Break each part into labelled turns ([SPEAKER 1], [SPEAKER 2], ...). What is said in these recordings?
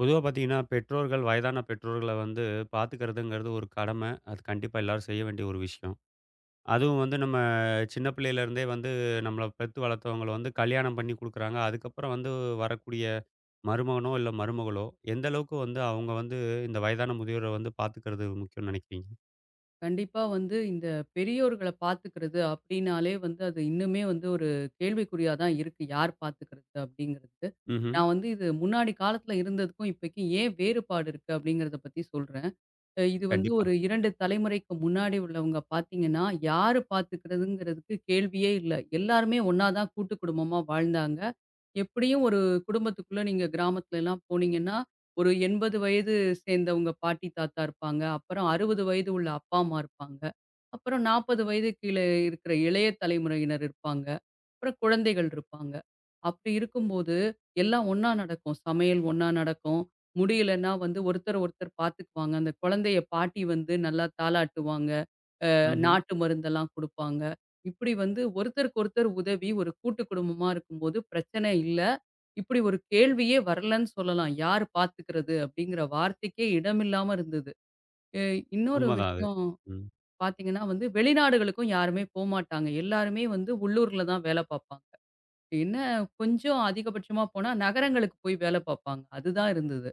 [SPEAKER 1] பொதுவா பார்த்தீங்கன்னா, பெற்றோர்கள் வயதான பெற்றோர்கள வந்து பார்த்துக்கிறதுங்கிறது ஒரு கடமை. அது கண்டிப்பா எல்லாரும் செய்ய வேண்டிய ஒரு விஷயம். அதுவும் வந்து நம்ம சின்ன பிள்ளையிலேருந்தே வந்து நம்மள பெத்து வளர்த்தவங்கள வந்து கல்யாணம் பண்ணி குடுக்குறாங்க. அதுக்கப்புறம் வந்து வரக்கூடிய மருமகனோ, இல்ல மருமகளோ, எந்த அளவுக்கு வந்து அவங்க வந்து இந்த வயதான முதியோர வந்து பார்த்துக்கிறது முக்கியம்னு நினைக்கிறீங்க?
[SPEAKER 2] கண்டிப்பா வந்து இந்த பெரியோர்கள பார்த்துக்கிறது அப்படின்னாலே வந்து அது இன்னுமே வந்து ஒரு கேள்விக்குறியா தான் இருக்கு. யார் பார்த்துக்கிறது அப்படிங்கிறது.
[SPEAKER 1] ம்ஹ்ம்.
[SPEAKER 2] நான் வந்து இது முன்னாடி காலத்துல இருந்ததுக்கும் இப்பக்கும் ஏன் வேறுபாடு இருக்கு அப்படிங்கிறத பத்தி சொல்றேன். இது வந்து
[SPEAKER 1] கண்டிப்பா.
[SPEAKER 2] ஒரு 2 தலைமுறைக்கு முன்னாடி உள்ளவங்க பார்த்தீங்கன்னா, யாரு பார்த்துக்கிறதுங்கிறதுக்கு கேள்வியே இல்ல. எல்லாருமே ஒண்ணா தான் கூட்டு குடும்பமா வாழ்ந்தாங்க. எப்படியும் ஒரு குடும்பத்துக்குள்ள நீங்க கிராமத்துல எல்லாம் போனீங்கன்னா, ஒரு 80 வயது சேர்ந்தவங்க பாட்டி, தாத்தா இருப்பாங்க. அப்புறம் 60 வயது உள்ள அப்பா, அம்மா இருப்பாங்க. அப்புறம் 40 வயது கீழே இருக்கிற இளைய தலைமுறையினர் இருப்பாங்க. அப்புறம் குழந்தைகள் இருப்பாங்க. அப்படி இருக்கும்போது எல்லாம் ஒண்ணா நடக்கும். சமையல் ஒண்ணா நடக்கும். முடியலன்னா வந்து ஒருத்தர், ஒருத்தர் பார்த்துக்குவாங்க. அந்த குழந்தைய பாட்டி வந்து நல்லா தாலாட்டுவாங்க.
[SPEAKER 1] ம்ஹ்ம்.
[SPEAKER 2] நாட்டு மருந்தெல்லாம் குடுப்பாங்க. இப்படி வந்து ஒருத்தருக்கு ஒருத்தர் உதவி ஒரு கூட்டு குடும்பமா இருக்கும்போது பிரச்சனை இல்ல. இப்படி ஒரு கேள்வியே வரலன்னு சொல்லலாம். யார் பார்த்துக்கிறது அப்படிங்கிற வார்த்தைக்கே இடமில்லாம இருந்தது. எ இன்னொரு
[SPEAKER 1] உண்மதான் அது.
[SPEAKER 2] விஷயம்
[SPEAKER 1] ம்.
[SPEAKER 2] பார்த்தீங்கன்னா வந்து வெளிநாடுகளுக்கும் யாருமே போமாட்டாங்க. எல்லாருமே வந்து உள்ளூர்ல தான் வேல பார்ப்பாங்க. என்ன கொஞ்சம் அதிகபட்சமா போனா நகரங்களுக்கு போய் வேல பார்ப்பாங்க. அதுதான் இருந்தது.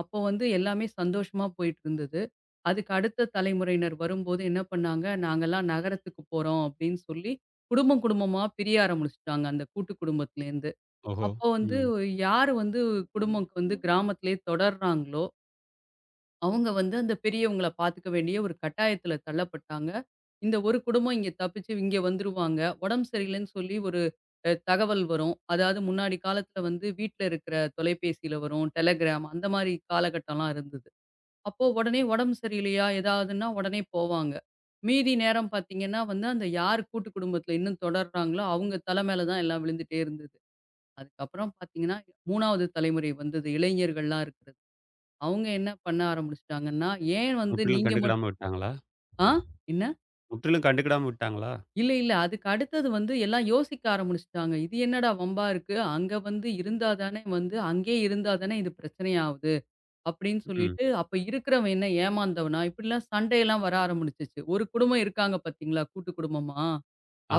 [SPEAKER 2] அப்போ வந்து எல்லாமே சந்தோஷமா போயிட்டு இருந்தது. அதுக்கு அடுத்த தலைமுறையினர் வரும்போது என்ன பண்ணாங்க, நாங்கலாம் நகரத்துக்கு போறோம் அப்படின்னு சொல்லி, குடும்பம் குடும்பமா பிரிய ஆரம்பிச்சுட்டாங்க அந்த கூட்டு குடும்பத்திலேருந்து.
[SPEAKER 1] ஓஹோ!
[SPEAKER 2] அப்போ வந்து
[SPEAKER 1] ம்.
[SPEAKER 2] யார் வந்து குடும்பம் வந்து கிராமத்திலேயே தொடர்றாங்களோ, அவங்க வந்து அந்த பெரியவங்கள பார்த்துக்க வேண்டிய ஒரு கட்டாயத்தில தள்ளப்பட்டாங்க. இந்த ஒரு குடும்பம் இங்க தப்பிச்சு இங்க வந்துருவாங்க. உடம்பு சரியில்லைன்னு சொல்லி ஒரு தகவல் வரும். அதாவது முன்னாடி காலத்தில வந்து வீட்ல இருக்கிற தொலைபேசியில வரும், டெலகிராம் அந்த மாரி காலகட்டம்லாம் இருந்தது. அப்போ உடனே உடம்பு சரியில்லையா? ஏதாவதுன்னா உடனே போவாங்க. மீதி நேரம் பார்த்தீங்கன்னா வந்து, அந்த யார் கூட்டு குடும்பத்தில இன்னும் தொடர்றாங்களோ, அவங்க தல மேல தான் எல்லாம் விழுந்துட்டே இருந்தது. அதுக்கப்புறம் பார்த்தீங்கன்னா, 3வது தலைமுறை வந்தது. இளைஞர்கள்லாம் இருக்கிறது. அவங்க என்ன பண்ண ஆரம்பிச்சுட்டாங்கன்னா, ஏன் வந்து
[SPEAKER 1] முற்றிலும்
[SPEAKER 2] நீங்க மட்
[SPEAKER 1] கண்டுக்கிடாம விட்டாங்களா?
[SPEAKER 2] ஆ என்ன?
[SPEAKER 1] முற்றிலும் கண்டுக்கிடாம விட்டாங்களா?
[SPEAKER 2] இல்ல, இல்ல. அதுக்கு அடுத்தது வந்து எல்லாம் யோசிக்க ஆரம்பிச்சுட்டாங்க. இது என்னடா வம்பா இருக்கு? அங்க வந்து இருந்தா தானே வந்து அங்கேயே இருந்தா தானே இது பிரச்சனையாவுது. அப்படின்னு
[SPEAKER 1] ம்.
[SPEAKER 2] சொல்லிட்டு, அப்ப இருக்கிறவன் என்ன ஏமாந்தவனா? இப்படிலாம் சண்டையெல்லாம் வர ஆரம்பிச்சுச்சு. ஒரு குடும்பம் இருக்காங்க பார்த்தீங்களா, கூட்டு குடும்பமா?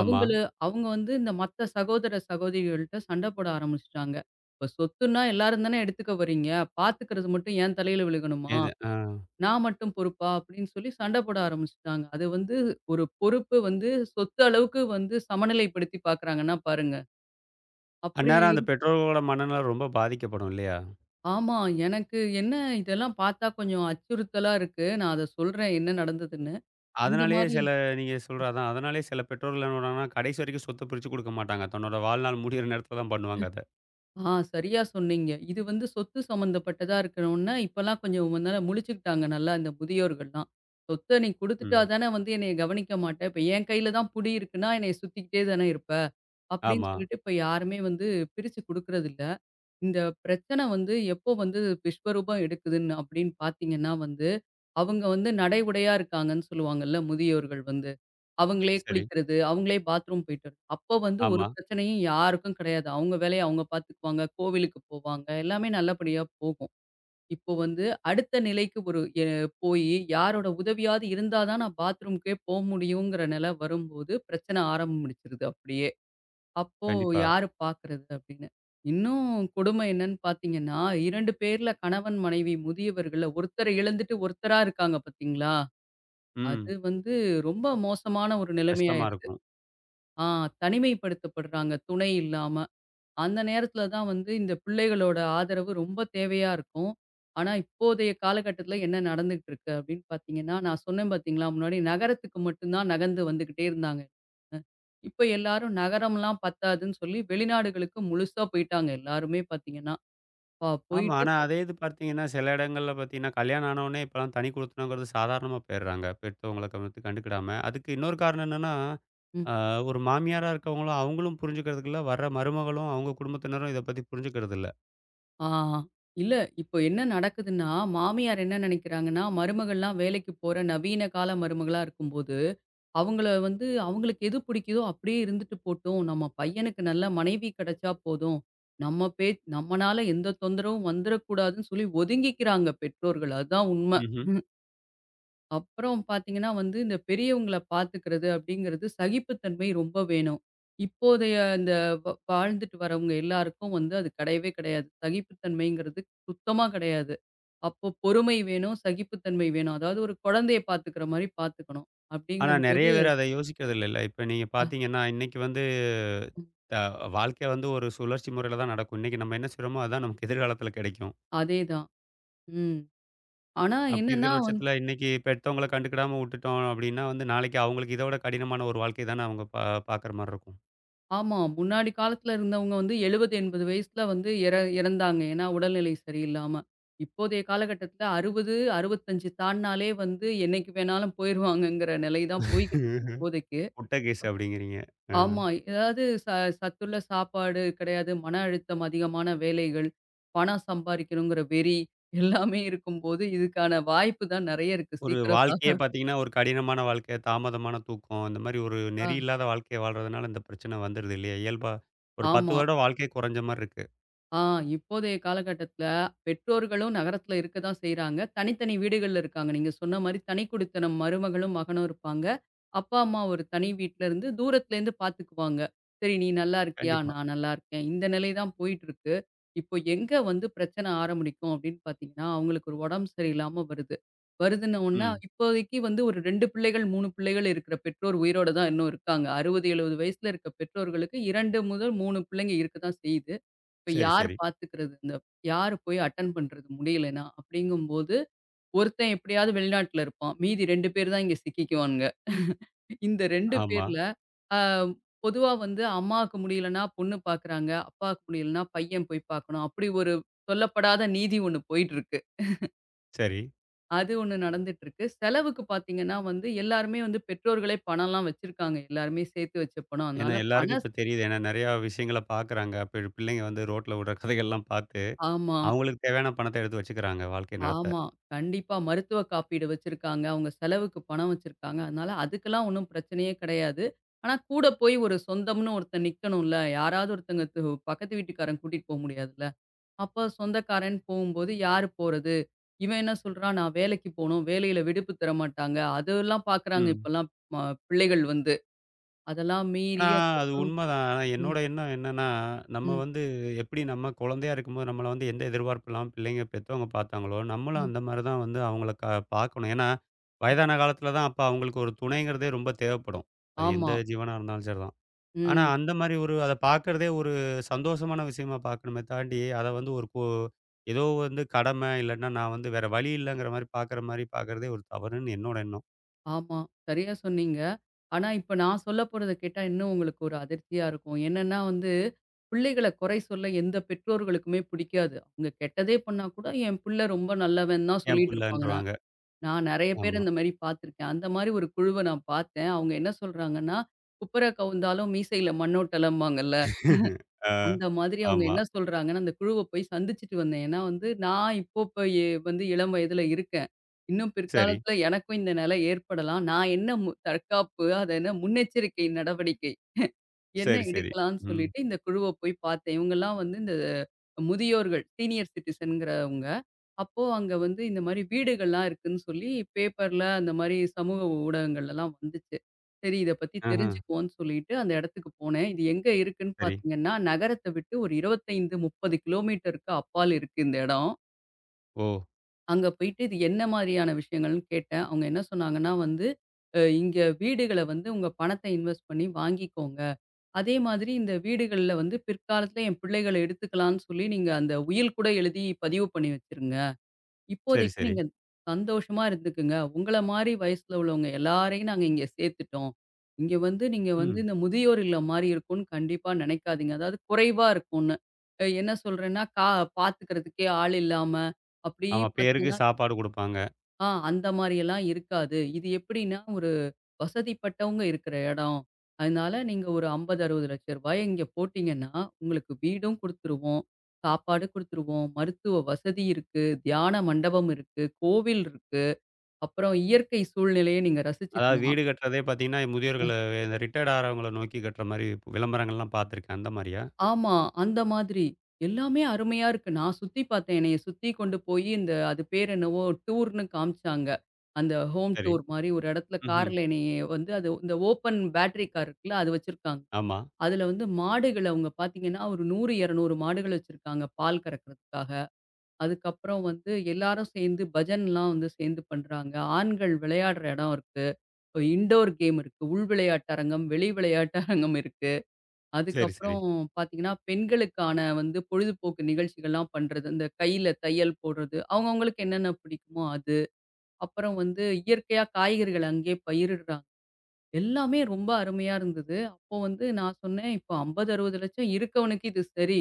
[SPEAKER 1] ஆமா.
[SPEAKER 2] அவங்க வந்து இந்த மத்த சகோதர, சகோதரிகள்ட்ட சண்டை போட ஆரம்பிச்சுட்டாங்க. இப்ப சொத்துன்னா எல்லாரும் தானே எடுத்துக்க வரீங்க. பார்த்துக்கிறது மட்டும் என் தலையில விழுகணுமா?
[SPEAKER 1] எது? ஆ.
[SPEAKER 2] நான் மட்டும் பொறுப்பா? அப்படின்னு சொல்லி சண்டை போட ஆரம்பிச்சுட்டாங்க. அது வந்து ஒரு பொறுப்பு வந்து சொத்து அளவுக்கு வந்து சமநிலைப்படுத்தி பார்க்குறாங்கன்னா பாருங்க. அப்படி
[SPEAKER 1] அந்நேரம் அந்த
[SPEAKER 2] இரு
[SPEAKER 1] பெற்றோர்களோட மனநிலை ரொம்ப பாதிக்கப்படும் இல்லையா?
[SPEAKER 2] ஆமா. எனக்கு என்ன இதெல்லாம் பார்த்தா கொஞ்சம் அச்சுறுத்தலா இருக்கு. நான் அத சொல்றேன் என்ன நடந்ததுன்னு. இந்த
[SPEAKER 1] அதனாலேயே
[SPEAKER 2] மாரி
[SPEAKER 1] சில நீங்க சொல்ற அதான் அதனாலேயே சில பெற்றோர்கள் என்ன பண்ணுவாங்கன்னா, கடைசி வரைக்கும் சொத்த பிரிச்சு குடுக்க மாட்டாங்க. தன்னோட வாழ்நாள் முடியிற நேரத்தில தான் பண்ணுவாங்க அத.
[SPEAKER 2] ஆ சரியா சொன்னீங்க. இது வந்து சொத்து சம்மந்தப்பட்டதா இருக்கணும்னா, இப்பலாம் கொஞ்சம் முன்னால முழிச்சுக்கிட்டாங்க நல்லா இந்த முதியோர்கள்லாம். சொத்த நீ குடுத்துட்டா
[SPEAKER 1] ம்.
[SPEAKER 2] தானே வந்து என்னைய கவனிக்க மாட்ட. இப்ப என் கையில தான் புடி இருக்குன்னா, என்னைய சுத்திக்கிட்டே தானே இருப்ப. அப்படின்னு
[SPEAKER 1] ஆமா.
[SPEAKER 2] சொல்லிட்டு இப்ப யாருமே வந்து பிரிச்சு குடுக்குறதில்ல. இந்த பிரச்சனை வந்து எப்போ வந்து விஸ்வரூபம் எடுக்குதுன்னு அப்படின்னு பார்த்தீங்கன்னா வந்து, அவங்க வந்து நடை உடையா இருக்காங்கன்னு சொல்லுவாங்கல்ல முதியோர்கள் வந்து. அவங்களே
[SPEAKER 1] சரி.
[SPEAKER 2] குளிக்கிறது, அவங்களே பாத்ரூம் போயிட்டு வர்றது. அப்ப வந்து ஒரு
[SPEAKER 1] ஆமா.
[SPEAKER 2] பிரச்சனையும் யாருக்கும் கிடையாது. அவங்க வேலைய அவங்க பார்த்துக்குவாங்க. கோவிலுக்கு போவாங்க. எல்லாமே நல்லபடியா போகும். இப்போ வந்து அடுத்த நிலைக்கு ஒரு எ போயி யாரோட உதவியாவது இருந்தா தான் நான் பாத்ரூம்க்கே போ முடியுங்கிற நிலை வரும்போது, பிரச்சனை ஆரம்பிச்சிருது அப்படியே. அப்போ
[SPEAKER 1] கண்டிப்பா.
[SPEAKER 2] யாரு பார்க்கறது அப்படின்னு. இன்னும் கொடுமை என்னன்னு பார்த்தீங்கன்னா, 2 பேர்ல கணவன், மனைவி முதியவர்கள்ல ஒருத்தர இழந்துட்டு ஒருத்தரா இருக்காங்க பார்த்தீங்களா?
[SPEAKER 1] ம்.
[SPEAKER 2] அது வந்து ரொம்ப மோசமான ஒரு
[SPEAKER 1] கஷ்டமா
[SPEAKER 2] நிலைமையாயிடுது.
[SPEAKER 1] இருக்கும்.
[SPEAKER 2] ஆ தனிமைப்படுத்தப்படுறாங்க துணை இல்லாம. அந்த நேரத்துல தான் வந்து இந்த பிள்ளைகளோட ஆதரவு ரொம்ப தேவையா இருக்கும். ஆனா, இப்போதைய காலகட்டத்துல என்ன நடந்துகிட்டு இருக்கு அப்படின்னு பார்த்தீங்கன்னா, நான் சொன்னேன் பார்த்தீங்களா முன்னாடி நகரத்துக்கு மட்டும் தான் நகர்ந்து வந்துகிட்டே இருந்தாங்க. இப்ப எல்லாரும் நகரம்லாம் பத்தாதுன்னு சொல்லி வெளிநாடுகளுக்கு முழுசா போயிட்டாங்க எல்லாருமே பார்த்தீங்கன்னா. ப
[SPEAKER 1] ஆமா.
[SPEAKER 2] போயிட்டு
[SPEAKER 1] ஆனா அதே இது பார்த்தீங்கன்னா, சில இடங்கள்ல பார்த்தீங்கன்னா, கல்யாணம் ஆனவுனே இப்பலாம் தனி குடித்தனங்கிறது சாதாரணமா போயிடுறாங்க. பெத்தவங்கள கவனித்து கண்டுக்கிடாம. அதுக்கு இன்னொரு காரணம் என்னன்னா,
[SPEAKER 2] ம்.
[SPEAKER 1] அ ஒரு மாமியாரா இருக்கவங்களும், அவங்களும் புரிஞ்சுக்கிறதுக்கு இல்ல. வர்ற மருமகளும், அவங்க குடும்பத்தினரும் இத பத்தி புரிஞ்சுக்கிறதில்ல.
[SPEAKER 2] ஆ. இல்ல இப்போ என்ன நடக்குதுன்னா, மாமியார் என்ன நினைக்கிறாங்கன்னா, மருமகள்லாம் வேலைக்கு போற நவீன கால மருமகளா இருக்கும்போது அவங்கள வந்து அவங்களுக்கு எது பிடிக்குதோ அப்படியே இருந்துட்டு போட்டும். நம்ம பையனுக்கு நல்ல மனைவி கிடைச்சா போதும். நம்ம பே நம்மனால எந்த தொந்தரவும் வந்துரக்கூடாதுன்னு சொல்லி ஒதுங்கிக்கிறாங்க பெற்றோர்கள். அதுதான் உண்ம.
[SPEAKER 1] ம்ஹ்ம்.
[SPEAKER 2] அப்புறம் பார்த்தீங்கன்னா வந்து இந்த பெரியவங்கள பார்த்துக்கிறது அப்படிங்கிறது சகிப்புத்தன்மை ரொம்ப வேணும். இப்போதைய இந்த வாழ்ந்துட்டு வரவங்க எல்லாருக்கும் வந்து அது கிடையவே கிடையாது. சகிப்புத்தன்மைங்கிறது சுத்தமா கிடையாது. அப்போ பொறுமை வேணும், சகிப்புத்தன்மை வேணும். அதாவது ஒரு குழந்தைய பார்த்துக்கிற மாரி பார்த்துக்கணும்.
[SPEAKER 1] ஆனா, நெறைய
[SPEAKER 2] அப்படிங்கும்போது
[SPEAKER 1] பேர் அத யோசிக்கிறது இல்லல்ல. இப்ப நீங்க
[SPEAKER 2] அ
[SPEAKER 1] பார்த்தீங்கன்னா, இன்னைக்கு வந்து
[SPEAKER 2] ம்.
[SPEAKER 1] த வாழ்க்கை வந்து ஒரு சுழற்சி முறையில தான் நடக்கும். இன்னைக்கு நம்ம என்ன செய்றோமோ, அதான் நமக்கு எதிர்காலத்தில கிடைக்கும்.
[SPEAKER 2] அதேதான். ம். ஆனா
[SPEAKER 1] அப்படி இருக்கிற
[SPEAKER 2] என்னன்னா வந்
[SPEAKER 1] பட்சத்தில இன்னைக்கு பெத்தவங்கள கண்டுக்கிடாம விட்டுட்டோம் அப்படின்னா வந்து, நாளைக்கு அவங்களுக்கு இத விட கடினமான ஒரு வாழ்க்கை தானே அவங்க பார்க்குற மாரி இருக்கும்.
[SPEAKER 2] ஆமா. முன்னாடி காலத்துல இருந்தவங்க வந்து 70, 80 வயசுல வந்து இறந்தாங்க. ஏன்னா உடல்நிலை சரியில்லாம. இப்போதைய காலகட்டத்துல 60, 65 தாண்டுனாலே வந்து என்னைக்கு வேணாலும் போயிருவாங்கங்கிற நிலை தான் போய்க்கிட்டு இருக்கு இப்போதைக்கு.
[SPEAKER 1] முட்ட கேஸ் அப்படிங்கிறீங்க. அ
[SPEAKER 2] ஆமா. ஏதாவது ச சத்துள்ள சாப்பாடு கிடையாது. மன அழுத்தம் அதிகமான வேலைகள், பணம் சம்பாரிக்கணுங்கிற வெறி எல்லாமே இருக்கும்போது, இதுக்கான வாய்ப்பு தான் நெறைய இருக்கு.
[SPEAKER 1] ஒரு
[SPEAKER 2] சீக்கிரம்
[SPEAKER 1] வாழ்க்கையே
[SPEAKER 2] சா
[SPEAKER 1] பார்த்தீங்கன்னா, ஒரு கடினமான வாழ்க்கை, தாமதமான தூக்கம், இந்த மாரி ஒரு
[SPEAKER 2] ஆ
[SPEAKER 1] நெறி இல்லாத வாழ்க்கைய வாழ்றதுனால இந்த பிரச்சனை வந்துருது இல்லையா? இயல்பா ஒரு 10
[SPEAKER 2] ஆமா.
[SPEAKER 1] வருட வாழ்க்கை குறைஞ்ச மாரி இருக்கு.
[SPEAKER 2] ஆ இப்போதைய காலகட்டத்தில பெற்றோர்களும் நகரத்தில இருக்க தான் செய்றாங்க. தனித்தனி வீடுகள்ல இருக்காங்க. நீங்க சொன்ன மாரி தனிக்குடித்தனம் மருமகளும், மகனும் இருப்பாங்க. அப்பா, அம்மா ஒரு தனி வீட்லருந்து தூரத்திலேருந்து பார்த்துக்குவாங்க. சரி நீ நல்லா இருக்கியா?
[SPEAKER 1] கண்டிப்பா.
[SPEAKER 2] நான் நல்லா இருக்கேன். இந்த நிலை தான் போயிட்டுருக்கு. இப்போ எங்க வந்து பிரச்சனை ஆரம்பிக்கும் அப்படின்னு பார்த்தீங்கன்னா, அவங்களுக்கு ஒரு உடம்பு சரியில்லாம வருது. வருதுன்னோன்ன
[SPEAKER 1] ம்.
[SPEAKER 2] இப்போதைக்கு வந்து ஒரு 2 பிள்ளைகள், 3 பிள்ளைகள் இருக்கிற பெற்றோர் உயிரோட தான் இன்னும் இருக்காங்க. 60, 70 வயசுல இருக்க பெற்றோர்களுக்கு 2 முதல் 3 பிள்ளைங்க இருக்க தான் செய்யுது. இப்ப
[SPEAKER 1] சரி,
[SPEAKER 2] யார்
[SPEAKER 1] சரி.
[SPEAKER 2] பார்த்துக்கிறது? யாரு போய் அட்டெண்ட் பண்றது முடியலைன்னா? அப்படிங்கும்போது, ஒருத்தன் எப்படியாவது வெளிநாட்டுல இருப்பான். மீதி 2 பேர் தான் இங்க சிக்கிக்குவானுங்க. இந்த 2
[SPEAKER 1] ஆமா.
[SPEAKER 2] பேர்ல அ பொதுவா வந்து அம்மாவுக்கு முடியலைன்னா பொண்ணு பார்க்குறாங்க. அப்பாவுக்கு முடியலைன்னா பையன் போய் பார்க்கணும். அப்படி ஒரு சொல்லப்படாத நீதி ஒண்ணு போயிட்டுருக்கு.
[SPEAKER 1] சரி.
[SPEAKER 2] அது ஒண்ணு நடந்துட்டுருக்கு. செலவுக்கு பார்த்தீங்கன்னா வந்து எல்லாருமே வந்து பெற்றோர்களே பணம்லாம் வச்சிருக்காங்க. எல்லாருமே சேர்த்து வச்ச பணம்.
[SPEAKER 1] ஏன்னா,
[SPEAKER 2] அதனால பண
[SPEAKER 1] எல்லாருக்கும் இப்ப தெரியுது. ஏன்னா, நெறையா விஷயங்கள பார்க்குறாங்க. அப்ப பிள்ளைங்க வந்து ரோட்ல விடுற கதைகள்லாம் பார்த்து,
[SPEAKER 2] ஆமா.
[SPEAKER 1] அவங்களுக்கு தேவையான பணத்த எடுத்து வச்சுக்கிறாங்க, வாழ்க்கை நடத்த.
[SPEAKER 2] ஆமா. கண்டிப்பா. மருத்துவ காப்பீடு வச்சிருக்காங்க. அவங்க செலவுக்கு பணம் வச்சிருக்காங்க. அதனால அதுக்கெல்லாம் ஒண்ணும் பிரச்சனையே கிடையாது. ஆனா கூட போய் ஒரு சொந்தம்ன்னு ஒருத்தன் நிக்கணும்ல. யாராவது ஒருத்தங்க து பக்கத்து வீட்டுக்காரன் கூட்டிட்டு போ முடியாதுல்ல. அப்ப சொந்தக்காரன் போகும்போது யாரு போறது? இவன் என்ன சொல்றான், "நான் வேலைக்கு போணும். வேலையில விடுப்பு தர மாட்டாங்க." அதெல்லாம் பார்க்குறாங்க
[SPEAKER 1] ம்.
[SPEAKER 2] இப்பலாம் பிள்ளைகள் வந்து. அதெல்லாம்
[SPEAKER 1] ஆனா,
[SPEAKER 2] மீறி
[SPEAKER 1] அது
[SPEAKER 2] அதுக்கப்புறம்
[SPEAKER 1] உண்மதான். ஆனா,
[SPEAKER 2] ம்,
[SPEAKER 1] என்னோட எண்ணம் என்னன்னா, நம்ம
[SPEAKER 2] ம்,
[SPEAKER 1] வந்து எப்படி நம்ம குழந்தையா இருக்கும்போது நம்மள வந்து எந்த எதிர்பார்ப்பு இல்லாம பிள்ளைங்க, பெத்தவங்க பார்த்தாங்களோ, நம்மளும்
[SPEAKER 2] ம்,
[SPEAKER 1] அந்த மாரி தான் வந்து அவங்கள பார்க்கணும். ஏன்னா,
[SPEAKER 2] ம்.
[SPEAKER 1] வயதான காலத்தில தான் அப்ப அவங்களுக்கு ஒரு துணைங்கிறதே ரொம்ப தேவைப்படும். அது எந்த
[SPEAKER 2] ஆமா.
[SPEAKER 1] ஜீவனா இருந்தாலும் சரிதான். ஆனா,
[SPEAKER 2] ம்.
[SPEAKER 1] அந்த மாரி ஒரு அத பார்க்கிறதே ஒரு சந்தோஷமான விஷயமா பார்க்கணுமே தாண்டி, அத வந்து ஒரு கோ ஏதோ வந்து கடமை, இல்லன்னா நான் வந்து வேற வழி இல்லங்கிற மாரி பார்க்குற மாரி பார்க்கிறதே ஒரு தவறுன்னு என்னோட எண்ணம்.
[SPEAKER 2] ஆமா. சரியா சொன்னீங்க. ஆனா, இப்ப நான் சொல்ல போறத கேட்டா இன்னும் உங்களுக்கு ஒரு அதிர்ச்சியா இருக்கும். என்னன்னா வந்து, பிள்ளைகள குறை சொல்ல எந்த பெற்றோர்களுக்குமே பிடிக்காது. அவங்க கெட்டதே பண்ணா கூட, என் பிள்ளை ரொம்ப நல்லவன் தான்
[SPEAKER 1] என்
[SPEAKER 2] சொல்லிட்டு இருப்பாங்க. நான்
[SPEAKER 1] புள்ளன்றுவாங்க.
[SPEAKER 2] நான் நெறைய பேர்
[SPEAKER 1] ஆமா.
[SPEAKER 2] இந்த மாரி பார்த்துருக்கேன். அந்த மாரி ஒரு குழுவ நான் பார்த்தேன். அவங்க என்ன சொல்றாங்கன்னா, "குப்புற கவுந்தாலும் மீசையில மண்ணோட்டலம்பாங்கல்ல."
[SPEAKER 1] ஆ,
[SPEAKER 2] அந்த மாதிரி அவங்க
[SPEAKER 1] ஆமா.
[SPEAKER 2] என்ன சொல்றாங்கன்னா, அந்த குழுவ போய் சந்திச்சுட்டு வந்தேன். ஏன்னா வந்து நான் இப்போ இப்ப எ வந்து இளம் வயதுல இருக்கேன். இன்னும்
[SPEAKER 1] சரி,
[SPEAKER 2] பிற்காலத்துல எனக்கும் இந்த நிலை ஏற்படலாம். நான் என்ன மு தற்காப்பு, அது என்ன முன்னெச்சரிக்கை நடவடிக்கை என்ன
[SPEAKER 1] சரி, சரி.
[SPEAKER 2] எடுக்கலான்னு
[SPEAKER 1] ம்.
[SPEAKER 2] சொல்லிட்டு இந்த குழுவ போய் பார்த்தேன். இவங்கலாம் வந்து இந்த முதியோர்கள், சீனியர் சிட்டிசன்ங்கிறவங்க. அப்போ அங்க வந்து இந்த மாரி வீடுகள்லாம் இருக்குன்னு சொல்லி பேப்பர்ல அந்த மாரி சமூக ஊடகங்கள்லலாம் வந்துச்சு. சரி இத பத்தி
[SPEAKER 1] ஆஹ.
[SPEAKER 2] தெரிஞ்சுக்குவோன்னு சொல்லிட்டு அந்த இடத்துக்கு போனேன். இது எங்க இருக்குன்னு
[SPEAKER 1] சரி.
[SPEAKER 2] பார்த்தீங்கன்னா, நகரத்த விட்டு ஒரு 25, 30 கிலோமீட்டருக்கு அப்பால் இருக்கு இந்த இடம்.
[SPEAKER 1] ஓ!
[SPEAKER 2] அங்க போயிட்டு இது என்ன மாதிரியான விஷயங்கள்னு கேட்டேன். அவங்க என்ன சொன்னாங்கன்னா வந்து, "இங்க வீடுகள வந்து உங்க பணத்த இன்வெஸ்ட் பண்ணி வாங்கிக்கோங்க. அதே மாதிரி இந்த வீடுகள்ல வந்து பிற்காலத்துல என் பிள்ளைகள எடுத்துக்கலான்னு சொல்லி நீங்க அந்த உயில் கூட எழுதி பதிவு பண்ணி வச்சுருங்க."
[SPEAKER 1] சரி,
[SPEAKER 2] இப்போதைக்கு
[SPEAKER 1] சரி.
[SPEAKER 2] நீங்க சந்தோஷமா இருந்துக்குங்க. உங்கள மாரி வயசுல உள்ளவங்க எல்லாரையும் நாங்க இங்க சேர்த்துட்டோம். இங்க வந்து நீங்க வந்து
[SPEAKER 1] ம்.
[SPEAKER 2] இந்த முதியோர் இல்லம் மாரி இருக்கும்னு கண்டிப்பா நெனைக்காதீங்க. அதாவது குறைவா இருக்கும்னு. அ என்ன சொல்றேன்னா, கா பாத்துக்கிறதுக்கே ஆள் இல்லாம, அப்படி
[SPEAKER 1] ஆமா. பேருக்கு
[SPEAKER 2] பாத்தீங்கன்னா
[SPEAKER 1] சாப்பாடு குடுப்பாங்க.
[SPEAKER 2] ஆ அந்த மாரியெல்லாம் இருக்காது. இது எப்படின்னா, ஒரு வசதிப்பட்டவங்க இருக்கிற இடம். அதனால நீங்க ஒரு 50, 60 லட்ச ரூபாய இங்க போட்டீங்கன்னா, உங்களுக்கு வீடும் குடுத்துருவோம், சாப்பாடு குடுத்துருவோம், மருத்துவ வசதி இருக்கு, தியான மண்டபம் இருக்கு, கோவில் இருக்கு, அப்புறம் இயற்கை சூழ்நிலைய நீங்க
[SPEAKER 1] அதாவது
[SPEAKER 2] ரசிச்சுக்கலாம்.
[SPEAKER 1] வீடு கட்டுறதே பார்த்தீங்கன்னா, முதியோர்கள இந்த ரிட்டயர்ட் ஆறவங்கள நோக்கி கட்டுற மாரி விளம்பரங்கள்லாம் பார்த்துருக்கேன். அந்த மாரியா?
[SPEAKER 2] ஆமா. அந்த மாதிரி. எல்லாமே அருமையா இருக்கு. நான் சுத்தி பார்த்தேன். என்னைய சுத்தி கொண்டு போயி இந்த அது பேர் என்னவோ டூர்ன்னு காமிச்சாங்க. அந்த ஹோம்
[SPEAKER 1] சரி.
[SPEAKER 2] டூர் மாரி ஒரு இடத்துல
[SPEAKER 1] ம்ஹ்ம்.
[SPEAKER 2] கார்ல என்னைய வந்து அது இந்த ஓப்பன் பேட்டரி கார் இருக்குல்ல, அது வச்சிருக்காங்க.
[SPEAKER 1] ஆமா.
[SPEAKER 2] அதுல வந்து மாடுகள அவங்க பார்த்தீங்கன்னா, ஒரு 100, 200 மாடுகள் வச்சிருக்காங்க பால் கறக்கிறதுக்காக. அதுக்கப்புறம் வந்து எல்லாரும் சேர்ந்து பஜன்லாம் வந்து சேர்ந்து பண்றாங்க. ஆண்கள் விளையாடுற இடம் இருக்கு. இன்டோர் கேம் இருக்கு. உள் விளையாட்டு அரங்கம், வெளி விளையாட்டு அரங்கம் இருக்கு.
[SPEAKER 1] சரி, சரி.
[SPEAKER 2] அதுக்கப்புறம் பார்த்தீங்கன்னா, பெண்களுக்கான வந்து பொழுதுபோக்கு நிகழ்ச்சிகள்லாம் பண்றது. இந்த கையில தையல் போடுறது. அவங்கவங்களுக்கு என்னென்ன பிடிக்குமோ அது. அப்புறம் வந்து இயற்கையா காய்கறிகள் அங்கேயே பயிரிடுறாங்க. எல்லாமே ரொம்ப அருமையா இருந்தது. அப்போ வந்து நான் சொன்னேன், "இப்போ 50, 60 லட்சம் இருக்கவனுக்கு இது சரி.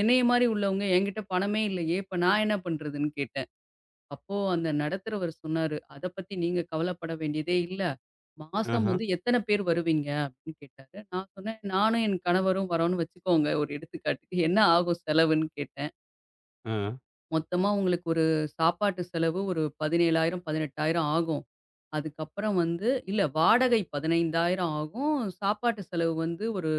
[SPEAKER 2] என்னைய மாரி உள்ளவங்க என்கிட்ட பணமே இல்லையே! இப்ப நான் என்ன பண்றதுன்னு?" கேட்டேன். அப்போ அந்த நடத்துறவர் சொன்னாரு, "அத பத்தி நீங்க கவலைப்பட வேண்டியதே இல்ல. மாசம்
[SPEAKER 1] ஆஹ.
[SPEAKER 2] வந்து எத்தன பேர் வருவீங்க?" அப்படின்னு கேட்டாரு. நான் சொன்னேன், "நானும் என் கணவரும் வரோம்ன்னு வச்சுக்கோங்க ஒரு எடுத்துக்காட்டுக்கு. என்ன ஆகும் செலவுன்னு?" கேட்டேன்.
[SPEAKER 1] ஆ.
[SPEAKER 2] "மொத்தமா உங்களுக்கு ஒரு சாப்பாட்டு செலவு ஒரு 17,000, 18,000 ஆகும். அதுக்கப்புறம் வந்து இல்ல வாடகை 15,000 ஆகும். சாப்பாட்டு செலவு வந்து ஒரு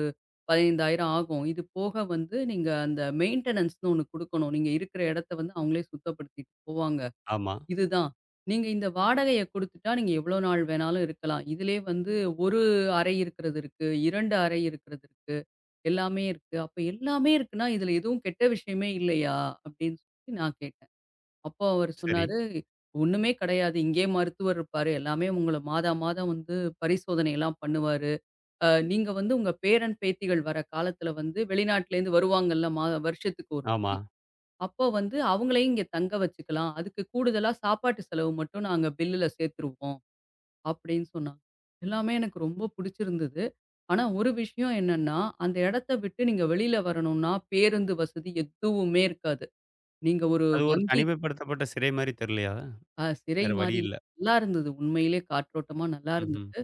[SPEAKER 2] 15,000 ஆகும். இது போக வந்து நீங்க அந்த மெயின்டனன்ஸ்ன்னு ஒண்ணு குடுக்கணும். நீங்க இருக்கிற இடத்த வந்து அவங்களே சுத்தப்படுத்திட்டு போவாங்க.
[SPEAKER 1] ஆமா.
[SPEAKER 2] இதுதான். நீங்க இந்த வாடகைய குடுத்துட்டா, நீங்க எவ்வளோ நாள் வேணாலும் இருக்கலாம். இதிலயே வந்து 1 அறை இருக்கிறது இருக்கு, 2 அறை இருக்கிறது இருக்கு, எல்லாமே இருக்கு. அப்ப எல்லாமே இருக்குன்னா, இதுல எதுவும் கெட்ட விஷயமே இல்லையா? அப்படின்னு சொல்லி நான் கேட்டேன். அப்போ அவரு
[SPEAKER 1] சரி.
[SPEAKER 2] சொன்னாரு, "ஒண்ணுமே கிடையாது. இங்கேயே மருத்துவர் இருப்பாரு. எல்லாமே உங்கள மாதா மாதம் வந்து பரிசோதனைலாம் பண்ணுவாரு. நீங்க வந்து உங்க பேரன், பேத்திகள் வர காலத்துல வந்து வெளிநாட்டிலேருந்து வருவாங்கல்ல மா வருஷத்துக்கு ஒரு
[SPEAKER 1] ஆமா.
[SPEAKER 2] முறை. அப்போ வந்து அவங்களையும் இங்க தங்க வச்சுக்கலாம். அதுக்கு கூடுதலா சாப்பாட்டு செலவு மட்டும் நாங்க பில்லுல சேர்த்துருவோம்." அப்படின்னு சொன்னாங்க. எல்லாமே எனக்கு ரொம்ப புடிச்சிருந்தது. ஆனா ஒரு விஷயம் என்னன்னா, அந்த இடத்த விட்டு நீங்க வெளியில வரணும்னா, பேருந்து வசதி எதுவுமே இருக்காது. நீங்க ஒரு
[SPEAKER 1] அது ஒரு
[SPEAKER 2] வங்கி
[SPEAKER 1] தனிமைப்படுத்தப்பட்ட சிறை மாரி தெரியலையா?
[SPEAKER 2] அ சிறை
[SPEAKER 1] வேற வழி
[SPEAKER 2] மாரி
[SPEAKER 1] இல்ல.
[SPEAKER 2] நல்லா இருந்தது. உண்மையிலே காற்றோட்டமா நல்லா
[SPEAKER 1] ம்ஹ்ம்.
[SPEAKER 2] இருந்தது.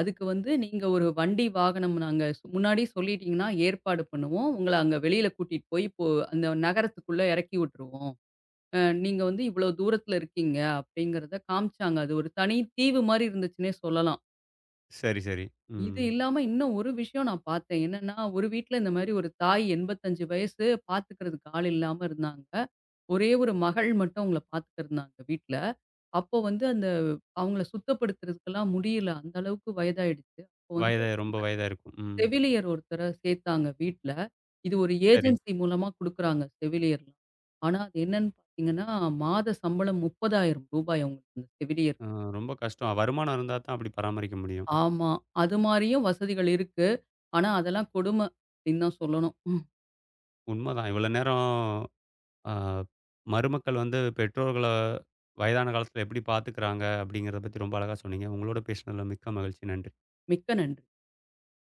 [SPEAKER 2] அதுக்கு வந்து நீங்க ஒரு வண்டி வாகனம் நாங்க ஸ் முன்னாடி சொல்லிட்டீங்கன்னா, ஏற்பாடு பண்ணுவோம். உங்கள அங்க வெளியில கூட்டிட்டு போய் இப்போ அந்த நகரத்துக்குள்ள எறக்கி விட்டுருவோம். நீங்க வந்து இவ்வளோ தூரத்துல இருக்கீங்க அப்படிங்கிறத காமிச்சாங்க. அது ஒரு தனி தீவு மாரி இருந்துச்சுன்னே சொல்லலாம்.
[SPEAKER 1] சரி, சரி. ம்.
[SPEAKER 2] இது இல்லாம இன்னும் ஒரு விஷயம் நான் பார்த்தேன். என்னன்னா, ஒரு வீட்ல இந்த மாரி ஒரு தாய் 85 வயசு பார்த்துக்கிறதுக்கு ஆள் இல்லாம இருந்தாங்க. ஒரே ஒரு மகள் மட்டும் அவங்கள பார்த்துக்கிருந்தாங்க வீட்ல. அப்போ வந்து அந்த அவங்கள சுத்தப்படுத்துறதுக்கெல்லாம் முடியல. அந்த அளவுக்கு வயதாயிடுச்சு. அப்போ வந்து
[SPEAKER 1] வயதா
[SPEAKER 2] ஒரு
[SPEAKER 1] ரொம்ப
[SPEAKER 2] ந-
[SPEAKER 1] வயதா இருக்கும். ம்.
[SPEAKER 2] செவிலியர் ஒருத்தர சேர்த்தாங்க வீட்ல. இது ஒரு
[SPEAKER 1] சரி.
[SPEAKER 2] ஏஜென்சி மூலமா குடுக்குறாங்க செவிலியர்லாம். ஆனா, அது என்னன்னு பார்த்தீங்கன்னா, மாத சம்பளம் ரூ. 30,000 அவங்களுக்கு அந்த செவிலியர்.
[SPEAKER 1] அ ரொம்ப கஷ்டம். வருமானம் இருந்தா தான் அப்படி பராமரிக்க முடியும்.
[SPEAKER 2] ஆமா. அது மாரியும் வசதிகள் இருக்கு. ஆனா, அதெல்லாம் கொடும அப்டின்னு தான் சொல்லணும். ம்.
[SPEAKER 1] உண்மதான். இவ்வளோ நேரம் அ மருமக்கள் வந்து பெற்றோர்கள வயதான காலத்தில எப்படி பார்த்துக்கிறாங்க அப்படிங்கிறத பத்தி ரொம்ப அழகா சொன்னீங்க. உங்களோட பேசினதில மிக்க மகிழ்ச்சி. நன்றி.
[SPEAKER 2] மிக்க நன்றி.